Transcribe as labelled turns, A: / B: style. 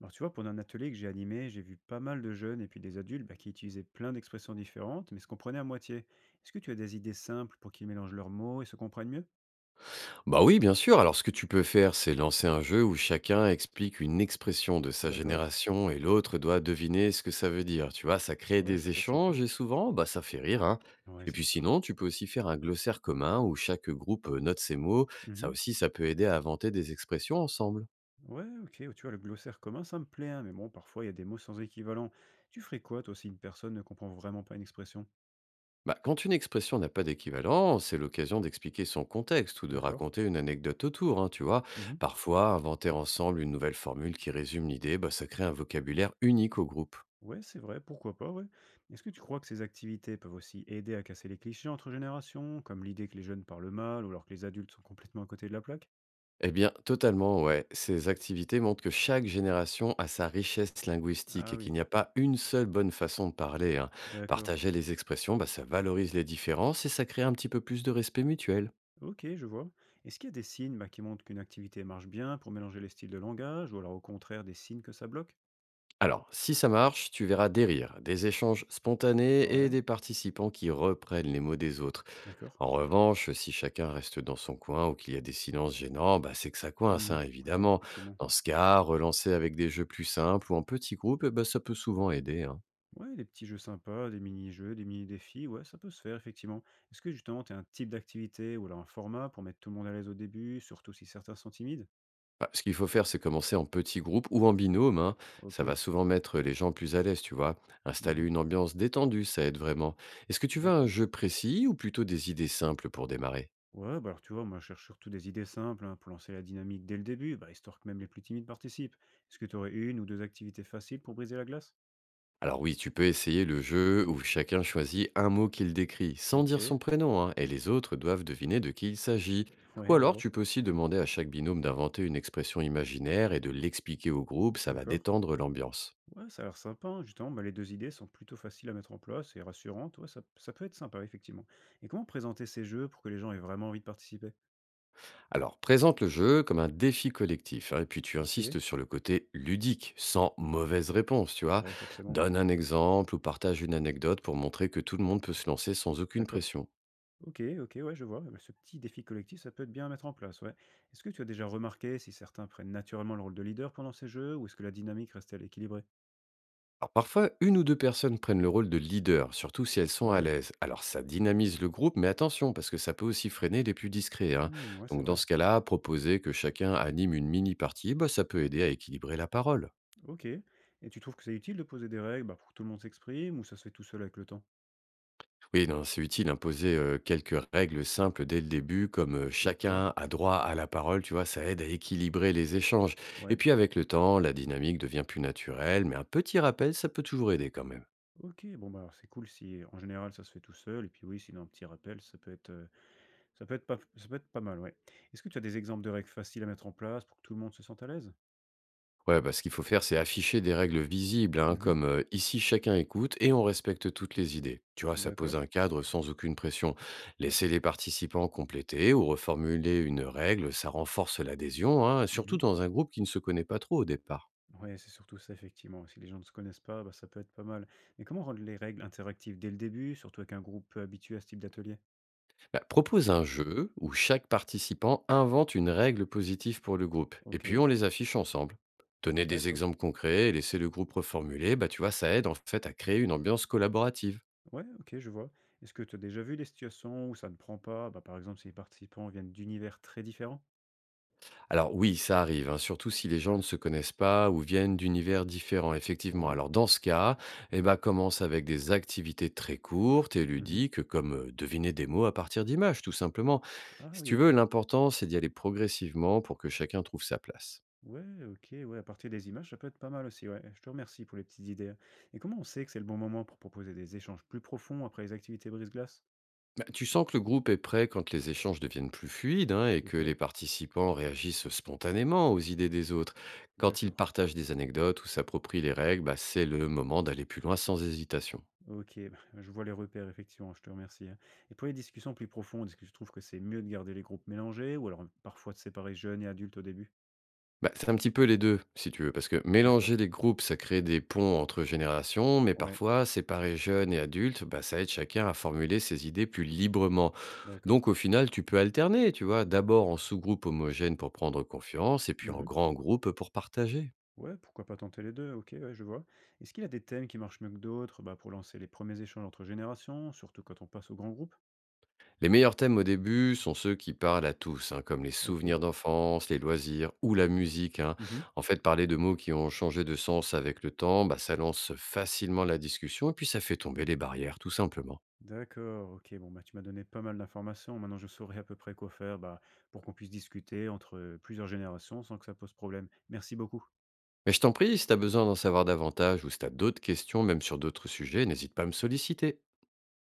A: Alors tu vois, pendant un atelier que j'ai animé, j'ai vu pas mal de jeunes et puis des adultes bah, qui utilisaient plein d'expressions différentes, mais se comprenaient à moitié. Est-ce que tu as des idées simples pour qu'ils mélangent leurs mots et se comprennent mieux?
B: Bah oui, bien sûr. Alors, ce que tu peux faire, c'est lancer un jeu où chacun explique une expression de sa
A: D'accord,
B: génération et l'autre doit deviner ce que ça veut dire. Tu vois, ça crée
A: ouais,
B: des
A: ça peut être sympa.
B: échanges et souvent, bah, ça fait rire, hein.
A: Ouais,
B: Et
A: c'est
B: puis
A: sûr.
B: sinon, tu peux aussi faire un glossaire commun où chaque groupe note ses mots. Ça
A: Mhm.
B: aussi, ça peut aider à inventer des expressions ensemble.
A: Ouais, ok, tu vois, le glossaire commun, ça me plaît, hein, mais bon, parfois il y a des mots sans équivalent. Tu ferais quoi, toi, si une personne ne comprend vraiment pas une expression?
B: Bah, quand une expression n'a pas d'équivalent, c'est l'occasion d'expliquer son contexte ou de
A: D'accord.
B: raconter une anecdote autour, hein, tu vois.
A: Mhm.
B: Parfois, inventer ensemble une nouvelle formule qui résume l'idée, bah, ça crée un vocabulaire unique au groupe.
A: Ouais, c'est vrai, pourquoi pas, ouais. Est-ce que tu crois que ces activités peuvent aussi aider à casser les clichés entre générations, comme l'idée que les jeunes parlent mal ou alors que les adultes sont complètement à côté de la plaque?
B: Eh bien, totalement, ouais. Ces activités montrent que chaque génération a sa richesse linguistique
A: Ah
B: et
A: oui,
B: qu'il n'y a pas une seule bonne façon de parler, hein.
A: d'accord.
B: Partager les expressions, bah, ça valorise les différences et ça crée un petit peu plus de respect mutuel.
A: Ok, je vois. Est-ce qu'il y a des signes bah, qui montrent qu'une activité marche bien pour mélanger les styles de langage, ou alors au contraire des signes que ça bloque?
B: Alors, si ça marche, tu verras des rires, des échanges spontanés et
A: Ouais,
B: des participants qui reprennent les mots des autres.
A: d'accord.
B: En revanche, si chacun reste dans son coin ou qu'il y a des silences gênants, bah, c'est que ça coince, hein,
A: Mhm. Ouais,
B: évidemment.
A: effectivement.
B: Dans ce cas, relancer avec des jeux plus simples ou en petits groupes, eh ben, ça peut souvent aider, hein.
A: Ouais, des petits jeux sympas, des mini-jeux, des mini-défis, ouais, ça peut se faire, effectivement. Est-ce que justement, tu as un type d'activité ou alors un format pour mettre tout le monde à l'aise au début, surtout si certains sont timides?
B: Bah, ce qu'il faut faire, c'est commencer en petits groupes ou en binôme, hein.
A: Ok.
B: Ça va souvent mettre les gens plus à l'aise, tu vois. Installer
A: Mhm.
B: une ambiance détendue, ça aide vraiment. Est-ce que tu veux un
A: D'accord.
B: jeu précis ou plutôt des idées simples pour démarrer?
A: Ouais, bah alors tu vois, moi je cherche surtout des idées simples hein, pour lancer la dynamique dès le début, bah, histoire que même les plus timides participent. Est-ce que tu aurais une ou deux activités faciles pour briser la glace?
B: Alors oui, tu peux essayer le jeu où chacun choisit un mot qu'il décrit, sans dire
A: OK.
B: son prénom, hein, et les autres doivent deviner de qui il s'agit. Ou
A: Ouais, je
B: alors,
A: vois.
B: tu peux aussi demander à chaque binôme d'inventer une expression imaginaire et de l'expliquer au groupe, ça va
A: D'accord.
B: détendre l'ambiance.
A: Ouais, ça a l'air sympa, hein, justement, bah, les 2 idées sont plutôt faciles à mettre en place et rassurantes. Ouais, ça peut être sympa, effectivement. Et comment présenter ces jeux pour que les gens aient vraiment envie de participer?
B: Alors, présente le jeu comme un défi collectif, hein, et puis tu
A: OK.
B: insistes sur le côté ludique, sans mauvaise réponse, tu vois.
A: Ouais, forcément, ouais.
B: Donne un exemple ou partage une anecdote pour montrer que tout le monde peut se lancer sans aucune
A: D'accord.
B: pression.
A: OK, OK, ouais, je vois. Bah, ce petit défi collectif, ça peut être bien à mettre en place, ouais. Est-ce que tu as déjà remarqué si certains prennent naturellement le rôle de leader pendant ces jeux ou est-ce que la dynamique reste-t-elle équilibrée?
B: Alors parfois, une ou deux personnes prennent le rôle de leader, surtout si elles sont à
A: Ouais.
B: l'aise. Alors ça dynamise le groupe, mais attention, parce que ça peut aussi freiner les plus discrets, hein.
A: Mmh, ouais, c'est
B: Donc dans
A: vrai.
B: ce cas-là, proposer que chacun anime une mini-partie, bah, ça peut aider à équilibrer la parole.
A: OK. Et tu trouves que c'est utile de poser des règles, bah, pour que tout le monde s'exprime ou ça se fait tout seul avec le temps?
B: Oui, non, c'est utile, imposer quelques règles simples dès le début, comme
A: D'accord.
B: chacun a droit à la parole, tu vois, ça aide à équilibrer les échanges. Et
A: Ouais.
B: puis avec le temps, la dynamique devient plus naturelle, mais un petit rappel, ça peut toujours aider quand même.
A: OK, bon, bah, alors, c'est cool si en général ça se fait tout seul et puis oui, sinon un petit rappel, ça peut être pas ça peut être pas mal, ouais. Est-ce que tu as des exemples de règles faciles à mettre en place pour que tout le monde se sente à l'aise?
B: Ouais, bah, ce qu'il faut faire, c'est afficher des règles visibles, hein,
A: Mmh.
B: comme ici chacun écoute et on respecte toutes les idées. Tu vois, ça
A: D'accord.
B: pose un cadre sans aucune pression.
A: Ouais.
B: Laisser les participants compléter ou reformuler une règle, ça renforce l'adhésion, hein, surtout
A: Mmh.
B: dans un groupe qui ne se connaît pas trop au départ.
A: Ouais, c'est surtout ça effectivement. Si les gens ne se connaissent pas, bah, ça peut être pas mal. Mais comment rendre les règles interactives dès le début, surtout avec un groupe peu habitué à ce type d'atelier?
B: Bah, propose un jeu où chaque participant invente une règle positive pour le groupe, et puis
A: OK,
B: on les affiche ensemble. Donner des
A: d'accord.
B: exemples concrets et laisser le groupe reformuler, bah, tu vois, ça aide en fait à créer une ambiance collaborative.
A: Ouais, OK, je vois. Est-ce que tu as déjà vu des situations où ça ne prend pas? Bah, par exemple, si les participants viennent d'univers très différents?
B: Alors oui, ça arrive, hein, surtout si les gens
A: Ah,
B: ne se connaissent pas ou viennent d'univers différents, effectivement.
A: ouais.
B: Alors dans ce cas, eh ben, commence avec des activités très courtes et
A: Mmh.
B: ludiques, comme deviner des mots à partir d'images, tout simplement.
A: Ah
B: Si
A: oui,
B: tu
A: OK.
B: veux, l'important, c'est d'y aller progressivement pour que chacun trouve sa place.
A: Ouais, OK, ouais, à partir des images, ça peut être pas mal aussi, ouais. Je te remercie pour les petites idées, hein. Et comment on sait que c'est le bon moment pour proposer des échanges plus profonds après les activités brise-glace?
B: Bah, tu sens que le groupe est prêt quand les échanges deviennent plus fluides, hein, et que
A: OK,
B: les participants réagissent spontanément aux idées des autres. Quand ils
A: d'accord.
B: partagent des anecdotes ou s'approprient les règles, bah, c'est le moment d'aller plus loin sans hésitation.
A: OK, bah, je vois les repères, effectivement, je te remercie, hein. Et pour les discussions plus profondes, est-ce que tu trouves que c'est mieux de garder les groupes mélangés ou alors parfois de séparer jeunes et adultes au début?
B: Bah, c'est un petit peu les deux, si tu veux, parce que
A: D'accord.
B: mélanger les groupes, ça crée des ponts entre générations, mais
A: Ouais,
B: parfois, séparer jeunes et adultes, bah, ça aide chacun à formuler ses idées plus librement.
A: d'accord.
B: Donc au final, tu peux alterner, tu vois, d'abord en sous-groupe homogène pour prendre confiance, et puis en
A: Mhm.
B: grand groupe pour partager.
A: Ouais, pourquoi pas tenter les deux? OK, ouais, je vois. Est-ce qu'il y a des thèmes qui marchent mieux que d'autres, bah, pour lancer les premiers échanges entre générations, surtout quand on passe au grand groupe?
B: Les meilleurs thèmes au début sont ceux qui parlent à tous, hein, comme les
A: OK.
B: souvenirs d'enfance, les loisirs ou la musique, hein.
A: Mhm.
B: En fait, parler de mots qui ont changé de sens avec le temps, bah, ça lance facilement la discussion et puis ça fait tomber les barrières, tout simplement.
A: D'accord, OK. Bon, bah, tu m'as donné pas mal d'informations. Maintenant, je saurai à peu près quoi faire, bah, pour qu'on puisse discuter entre, plusieurs générations sans que ça pose problème. Merci beaucoup.
B: Mais je t'en prie, si tu as besoin d'en savoir davantage ou si tu as d'autres questions, même sur d'autres sujets, n'hésite pas à me solliciter.